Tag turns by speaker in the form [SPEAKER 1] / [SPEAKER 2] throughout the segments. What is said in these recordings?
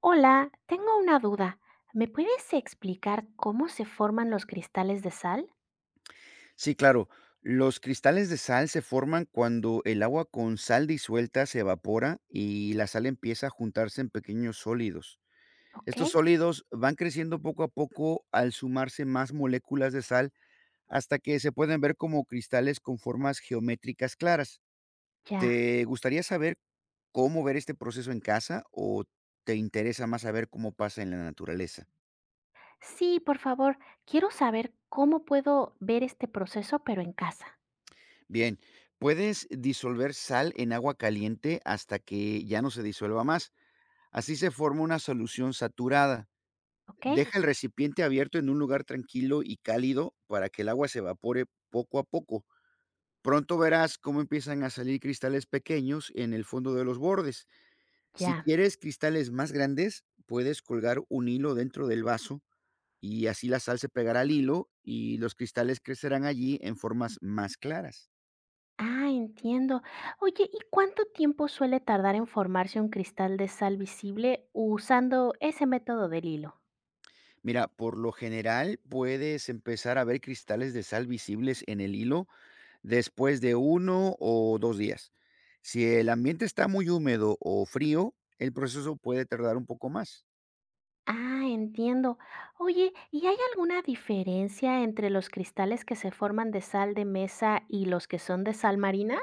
[SPEAKER 1] Hola, tengo una duda. ¿Me puedes explicar cómo se forman los cristales de sal?
[SPEAKER 2] Sí, claro. Los cristales de sal se forman cuando el agua con sal disuelta se evapora y la sal empieza a juntarse en pequeños sólidos.
[SPEAKER 1] Ok,
[SPEAKER 2] Estos sólidos van creciendo poco a poco al sumarse más moléculas de sal hasta que se pueden ver como cristales con formas geométricas claras.
[SPEAKER 1] ya.
[SPEAKER 2] ¿Te gustaría saber cómo ver este proceso en casa o te interesa más saber cómo pasa en la naturaleza?
[SPEAKER 1] Sí, por favor, quiero saber cómo puedo ver este proceso, pero en casa.
[SPEAKER 2] Bien, puedes disolver sal en agua caliente hasta que ya no se disuelva más. Así se forma una solución saturada.
[SPEAKER 1] Ok,
[SPEAKER 2] Deja el recipiente abierto en un lugar tranquilo y cálido para que el agua se evapore poco a poco. Pronto verás cómo empiezan a salir cristales pequeños en el fondo de los bordes. Si
[SPEAKER 1] ya.
[SPEAKER 2] quieres cristales más grandes, puedes colgar un hilo dentro del vaso y así la sal se pegará al hilo y los cristales crecerán allí en formas más claras.
[SPEAKER 1] Ah, entiendo. Oye, ¿y cuánto tiempo suele tardar en formarse un cristal de sal visible usando ese método del hilo?
[SPEAKER 2] Mira, por lo general puedes empezar a ver cristales de sal visibles en el hilo después de uno o 2 días. Si el ambiente está muy húmedo o frío, el proceso puede tardar un poco más.
[SPEAKER 1] Ah, entiendo. Oye, ¿y hay alguna diferencia entre los cristales que se forman de sal de mesa y los que son de sal marina?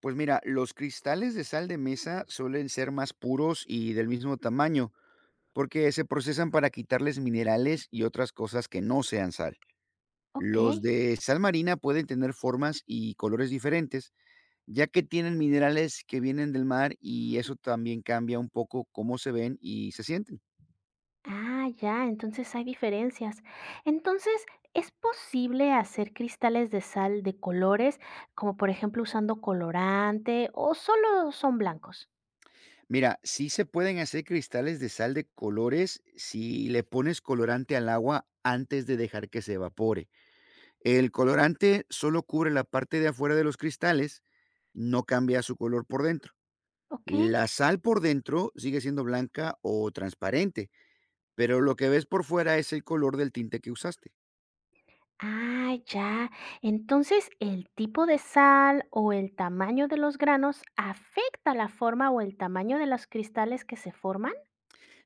[SPEAKER 2] Pues mira, los cristales de sal de mesa suelen ser más puros y del mismo tamaño, porque se procesan para quitarles minerales y otras cosas que no sean sal.
[SPEAKER 1] Ok.
[SPEAKER 2] Los de sal marina pueden tener formas y colores diferentes, ya que tienen minerales que vienen del mar y eso también cambia un poco cómo se ven y se sienten.
[SPEAKER 1] Ah, ya, entonces hay diferencias. Entonces, ¿es posible hacer cristales de sal de colores, como por ejemplo usando colorante o solo son blancos?
[SPEAKER 2] Mira, sí se pueden hacer cristales de sal de colores si le pones colorante al agua antes de dejar que se evapore. El colorante solo cubre la parte de afuera de los cristales, no cambia su color por dentro.
[SPEAKER 1] Ok.
[SPEAKER 2] La sal por dentro sigue siendo blanca o transparente, pero lo que ves por fuera es el color del tinte que usaste.
[SPEAKER 1] Ah, ya. Entonces, ¿el tipo de sal o el tamaño de los granos afecta la forma o el tamaño de los cristales que se forman?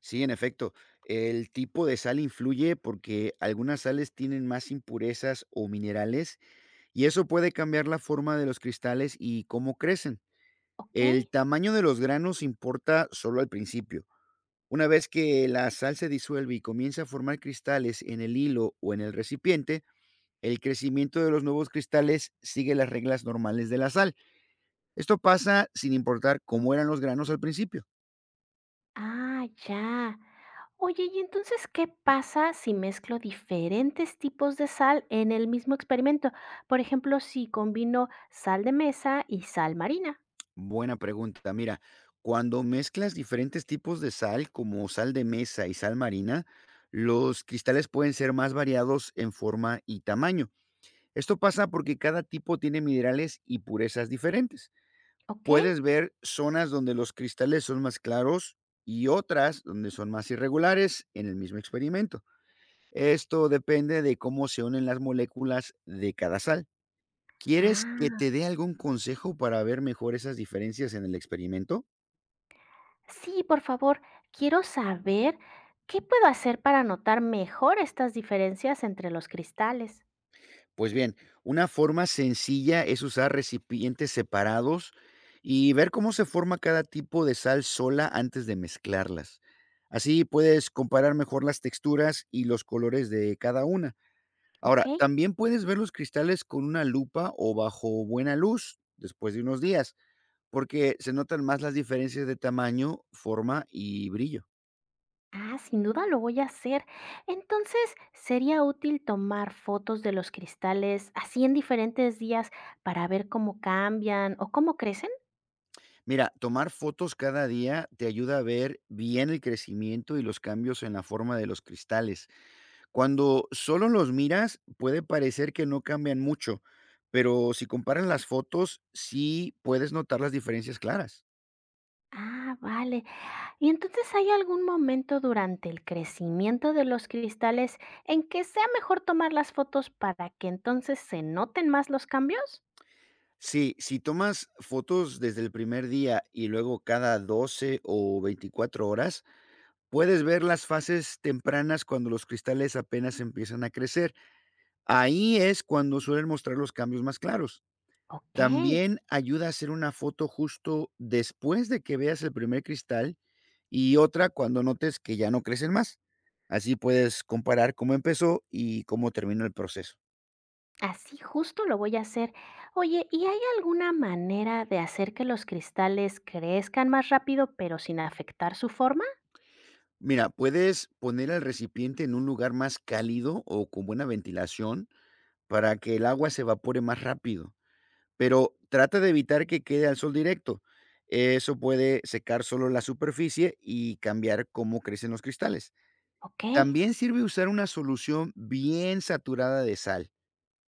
[SPEAKER 2] Sí, en efecto, el tipo de sal influye porque algunas sales tienen más impurezas o minerales y eso puede cambiar la forma de los cristales y cómo crecen.
[SPEAKER 1] Ok.
[SPEAKER 2] El tamaño de los granos importa solo al principio. Una vez que la sal se disuelve y comienza a formar cristales en el hilo o en el recipiente, el crecimiento de los nuevos cristales sigue las reglas normales de la sal. Esto pasa sin importar cómo eran los granos al principio.
[SPEAKER 1] Ah, ya. Oye, ¿y entonces qué pasa si mezclo diferentes tipos de sal en el mismo experimento? Por ejemplo, si combino sal de mesa y sal marina,
[SPEAKER 2] Buena pregunta. Mira, cuando mezclas diferentes tipos de sal, como sal de mesa y sal marina, los cristales pueden ser más variados en forma y tamaño. Esto pasa porque cada tipo tiene minerales y purezas diferentes.
[SPEAKER 1] ¿ok?
[SPEAKER 2] Puedes ver zonas donde los cristales son más claros y otras donde son más irregulares en el mismo experimento. Esto depende de cómo se unen las moléculas de cada sal. ¿Quieres que
[SPEAKER 1] Ah,
[SPEAKER 2] te dé algún consejo para ver mejor esas diferencias en el experimento?
[SPEAKER 1] sí, por favor, quiero saber qué puedo hacer para notar mejor estas diferencias entre los cristales,
[SPEAKER 2] Pues bien, una forma sencilla es usar recipientes separados y ver cómo se forma cada tipo de sal sola antes de mezclarlas. Así puedes comparar mejor las texturas y los colores de cada una.
[SPEAKER 1] ¿ok?
[SPEAKER 2] Ahora, también puedes ver los cristales con una lupa o bajo buena luz después de unos días, porque se notan más las diferencias de tamaño, forma y brillo.
[SPEAKER 1] Ah, sin duda lo voy a hacer. Entonces, ¿sería útil tomar fotos de los cristales así en diferentes días para ver cómo cambian o cómo crecen?
[SPEAKER 2] Mira, tomar fotos cada día te ayuda a ver bien el crecimiento y los cambios en la forma de los cristales. Cuando solo los miras, puede parecer que no cambian mucho, pero si comparas las fotos, sí puedes notar las diferencias claras.
[SPEAKER 1] Ah, vale. ¿Y entonces hay algún momento durante el crecimiento de los cristales en que sea mejor tomar las fotos para que entonces se noten más los cambios?
[SPEAKER 2] Sí, si tomas fotos desde el primer día y luego cada 12 o 24 horas, puedes ver las fases tempranas cuando los cristales apenas empiezan a crecer. Ahí es cuando suelen mostrar los cambios más claros.
[SPEAKER 1] Ok.
[SPEAKER 2] También ayuda a hacer una foto justo después de que veas el primer cristal y otra cuando notes que ya no crecen más. Así puedes comparar cómo empezó y cómo terminó el proceso.
[SPEAKER 1] Así justo lo voy a hacer. Oye, ¿y hay alguna manera de hacer que los cristales crezcan más rápido pero sin afectar su forma?
[SPEAKER 2] Mira, puedes poner el recipiente en un lugar más cálido o con buena ventilación para que el agua se evapore más rápido, pero trata de evitar que quede al sol directo. Eso puede secar solo la superficie y cambiar cómo crecen los cristales.
[SPEAKER 1] Ok.
[SPEAKER 2] También sirve usar una solución bien saturada de sal.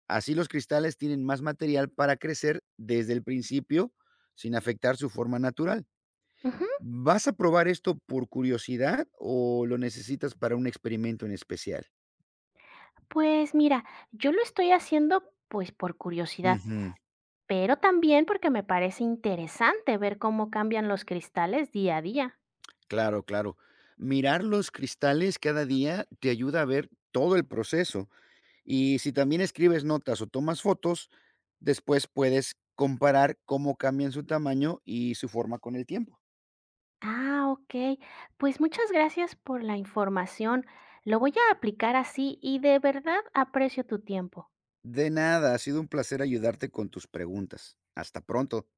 [SPEAKER 2] Así los cristales tienen más material para crecer desde el principio sin afectar su forma natural.
[SPEAKER 1] Ujú.
[SPEAKER 2] ¿Vas a probar esto por curiosidad o lo necesitas para un experimento en especial?
[SPEAKER 1] Pues mira, yo lo estoy haciendo pues por curiosidad,
[SPEAKER 2] Ujú.
[SPEAKER 1] pero también porque me parece interesante ver cómo cambian los cristales día a día.
[SPEAKER 2] Claro, claro. Mirar los cristales cada día te ayuda a ver todo el proceso, y si también escribes notas o tomas fotos, después puedes comparar cómo cambian su tamaño y su forma con el tiempo.
[SPEAKER 1] Ah, ok. Pues muchas gracias por la información. Lo voy a aplicar así y de verdad aprecio tu tiempo.
[SPEAKER 2] De nada, ha sido un placer ayudarte con tus preguntas. Hasta pronto.